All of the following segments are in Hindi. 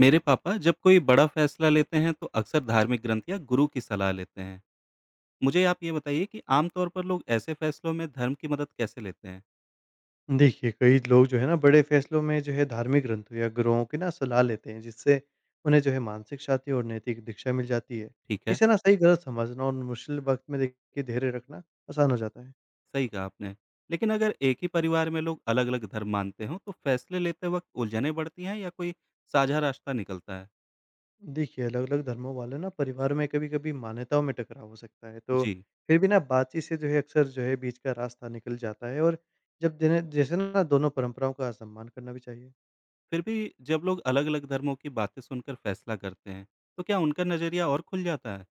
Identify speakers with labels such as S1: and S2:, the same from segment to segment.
S1: मेरे पापा जब कोई बड़ा फैसला लेते हैं तो अक्सर धार्मिक ग्रंथ या गुरु की सलाह लेते हैं। मुझे आप ये बताइए कि आमतौर पर लोग ऐसे फैसलों में धर्म की मदद कैसे लेते हैं।
S2: देखिए, कई लोग जो है ना बड़े फ़ैसलों में जो है धार्मिक ग्रंथों या गुरुओं की ना सलाह लेते हैं, जिससे उन्हें जो है मानसिक शांति और नैतिक दिशा मिल जाती है।
S1: ठीक है।
S2: इसे ना सही-गलत समझना और मुश्किल वक़्त में देखिए धैर्य रखना आसान हो जाता है।
S1: सही कहा आपने। लेकिन अगर एक ही परिवार में लोग अलग अलग धर्म मानते हों तो फैसले लेते वक्त उलझनें बढ़ती हैं या कोई साझा रास्ता निकलता है।
S2: देखिए, अलग-अलग धर्मों वाले ना परिवार में कभी-कभी मान्यताओं में टकराव हो सकता है, तो
S1: जी।
S2: फिर भी ना बातचीत से जो है अक्सर जो है बीच का रास्ता निकल जाता है, और जब जिन्हें जैसे ना दोनों परंपराओं का सम्मान करना भी चाहिए।
S1: फिर भी जब लोग अलग अलग धर्मों की बातें सुनकर फैसला करते हैं तो क्या उनका नजरिया और खुल जाता है।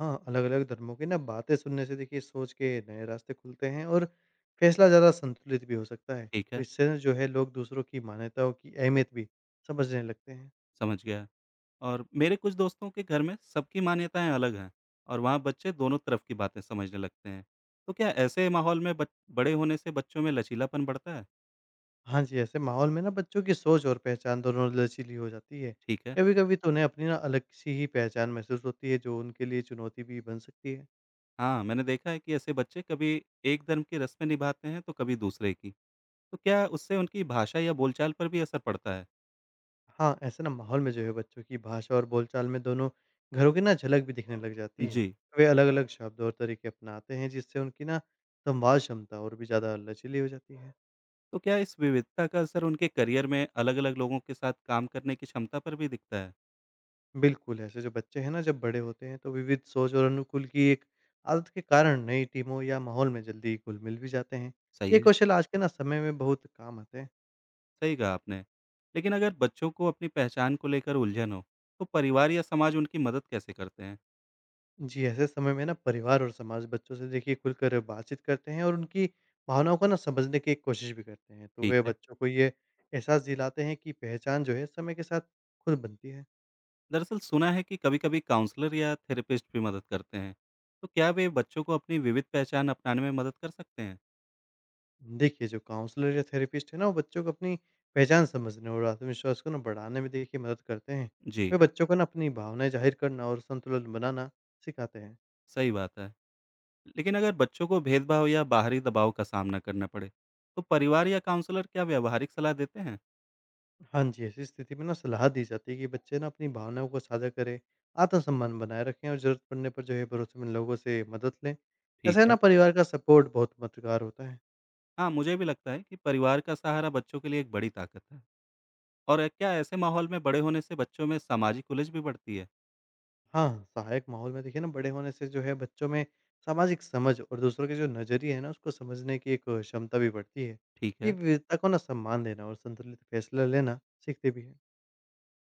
S2: हाँ, अलग-अलग धर्मों की ना बातें सुनने से देखिए सोच के नए रास्ते खुलते हैं, और फैसला ज़्यादा संतुलित भी हो सकता है।
S1: ठीक
S2: तो
S1: है।
S2: इससे ना जो है लोग दूसरों की मान्यताओं की अहमियत भी समझने लगते हैं।
S1: समझ गया। और मेरे कुछ दोस्तों के घर में सबकी मान्यताएं अलग हैं और वहाँ बच्चे दोनों तरफ की बातें समझने लगते हैं। तो क्या ऐसे माहौल में बड़े होने से बच्चों में लचीलापन बढ़ता है।
S2: हाँ जी, ऐसे माहौल में ना बच्चों की सोच और पहचान दोनों लचीली हो जाती है।
S1: ठीक है।
S2: कभी-कभी तो उन्हें अपनी ना अलग सी ही पहचान महसूस होती है, जो उनके लिए चुनौती भी बन सकती है।
S1: हाँ, मैंने देखा है कि ऐसे बच्चे कभी एक धर्म की रस्में निभाते हैं तो कभी दूसरे की। तो क्या उससे उनकी भाषा या बोलचाल पर भी असर पड़ता है।
S2: हाँ, ऐसे ना माहौल में जो है बच्चों की भाषा और बोलचाल में दोनों घरों की ना झलक भी दिखने लग जाती है।
S1: जी।
S2: वे अलग-अलग शब्द और तरीके अपनाते हैं, जिससे उनकी ना संवाद क्षमता और भी ज़्यादा लचीली हो जाती है।
S1: तो क्या इस विविधता का असर उनके करियर में अलग अलग लोगों के साथ काम करने की क्षमता पर भी दिखता है।
S2: बिल्कुल, ऐसे जो बच्चे हैं ना जब बड़े होते हैं, तो विविध सोच और अनुकूल की एक आदत के कारण नई टीमों या माहौल में जल्दी घुल-मिल भी जाते हैं।
S1: सही
S2: ये
S1: है।
S2: कौशल आज के ना समय में बहुत काम आते हैं।
S1: सही कहा आपने। लेकिन अगर बच्चों को अपनी पहचान को लेकर उलझन हो, तो परिवार या समाज उनकी मदद कैसे करते हैं?
S2: जी, ऐसे समय में ना परिवार और समाज बच्चों से देखिए खुलकर बातचीत करते हैं, और उनकी भावनाओं को ना समझने की कोशिश भी करते हैं। तो
S1: ठीक
S2: वे
S1: है।
S2: बच्चों को ये एहसास दिलाते हैं कि पहचान जो है समय के साथ खुद बनती है।
S1: दरअसल सुना है कि कभी-कभी काउंसलर या थेरेपिस्ट भी मदद करते हैं। तो क्या वे बच्चों को अपनी विविध पहचान अपनाने में मदद कर सकते हैं?
S2: देखिए, जो काउंसलर या थेरेपिस्ट है ना, वो बच्चों को अपनी पहचान समझने और आत्मविश्वास को ना बढ़ाने में देखिए मदद करते हैं।
S1: जी।
S2: वे बच्चों को ना अपनी भावनाएँ जाहिर करना और संतुलन बनाना सिखाते हैं।
S1: सही बात है। लेकिन अगर बच्चों को भेदभाव या बाहरी दबाव का सामना करना पड़े, तो परिवार या काउंसलर क्या व्यावहारिक सलाह देते हैं?
S2: हाँ जी, ऐसी स्थिति में ना सलाह दी जाती है कि बच्चे ना अपनी भावनाओं को साझा करें, आत्मसम्मान बनाए रखें और ज़रूरत पड़ने पर जो है भरोसेमंद लोगों से मदद लें।
S1: ठीक
S2: ऐसे
S1: है।
S2: ना परिवार का सपोर्ट बहुत मददगार होता है।
S1: हाँ, मुझे भी लगता है कि परिवार का सहारा बच्चों के लिए एक बड़ी ताकत है। और क्या ऐसे माहौल में बड़े होने से बच्चों में सामाजिक उलझ भी बढ़ती है?
S2: हाँ, सहायक माहौल में देखिए ना बड़े होने से जो है बच्चों में सामाजिक समझ और दूसरों के जो नज़रिए हैं ना, उसको समझने की एक क्षमता भी बढ़ती है।
S1: ठीक
S2: ये
S1: है।
S2: विविधता को ना सम्मान देना और संतुलित फैसला लेना सीखते भी हैं।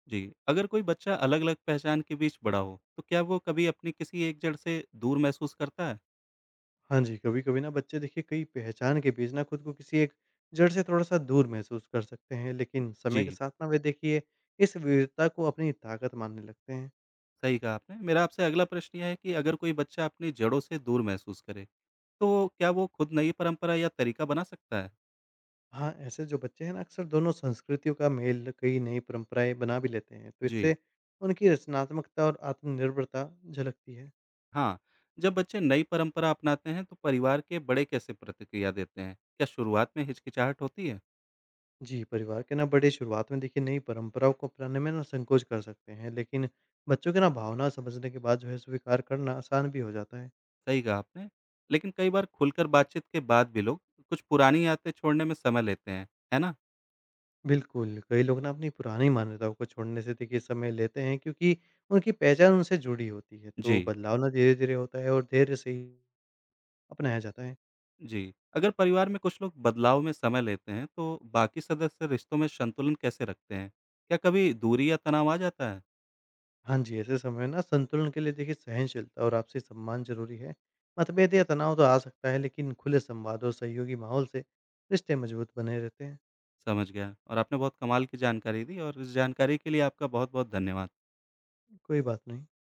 S1: जी, अगर कोई बच्चा अलग-अलग पहचान के बीच बड़ा हो, तो क्या वो कभी अपनी किसी एक जड़ से दूर महसूस करता है?
S2: हाँ जी, कभी-कभी ना बच्चे देखिए कई पहचान के बीच ना खुद को किसी एक जड़ से थोड़ा-सा दूर महसूस कर सकते हैं, लेकिन समय के
S1: जी।
S2: साथ ना वे देखिए इस विविधता को अपनी ताकत मानने लगते हैं।
S1: सही कहा आपने। मेरा आपसे अगला प्रश्न ये है कि अगर कोई बच्चा अपनी जड़ों से दूर महसूस करे, तो क्या वो खुद नई परंपरा या तरीका बना सकता है?
S2: हाँ, ऐसे जो बच्चे हैं ना, अक्सर दोनों संस्कृतियों का मेल कई नई परंपराएँ बना भी लेते हैं, तो
S1: जी।
S2: इससे उनकी रचनात्मकता और आत्मनिर्भरता झलकती है।
S1: हाँ, जब बच्चे नई परंपरा अपनाते हैं, तो परिवार के बड़े कैसे प्रतिक्रिया देते हैं? क्या शुरुआत में हिचकिचाहट होती है?
S2: जी, परिवार के ना बड़े शुरुआत में देखिए नई परंपराओं को अपनाने में ना संकोच कर सकते हैं, लेकिन बच्चों के ना भावना समझने के बाद जो है स्वीकार करना आसान भी हो जाता है।
S1: सही कहा आपने। लेकिन कई बार खुलकर बातचीत के बाद भी लोग कुछ पुरानी आदतें छोड़ने में समय लेते हैं, है ना?
S2: बिल्कुल, कई लोग ना अपनी पुरानी मान्यताओं को छोड़ने से देखिए समय लेते हैं, क्योंकि उनकी पहचान उनसे जुड़ी होती है,
S1: जी।
S2: तो बदलाव ना धीरे-धीरे होता है और धैर्य से ही अपनाया जाता है।
S1: जी। अगर परिवार में कुछ लोग बदलाव में समय लेते हैं, तो बाकी सदस्य रिश्तों में संतुलन कैसे रखते हैं? क्या कभी दूरी या तनाव आ जाता है?
S2: हाँ जी, ऐसे समय ना संतुलन के लिए देखिए सहनशीलता और आपसी सम्मान ज़रूरी है। मतभेद या तनाव तो आ सकता है, लेकिन खुले संवाद और सहयोगी माहौल से रिश्ते मजबूत बने रहते हैं।
S1: समझ गया। और आपने बहुत कमाल की जानकारी दी और इस जानकारी के लिए आपका बहुत-बहुत धन्यवाद।
S2: कोई बात नहीं।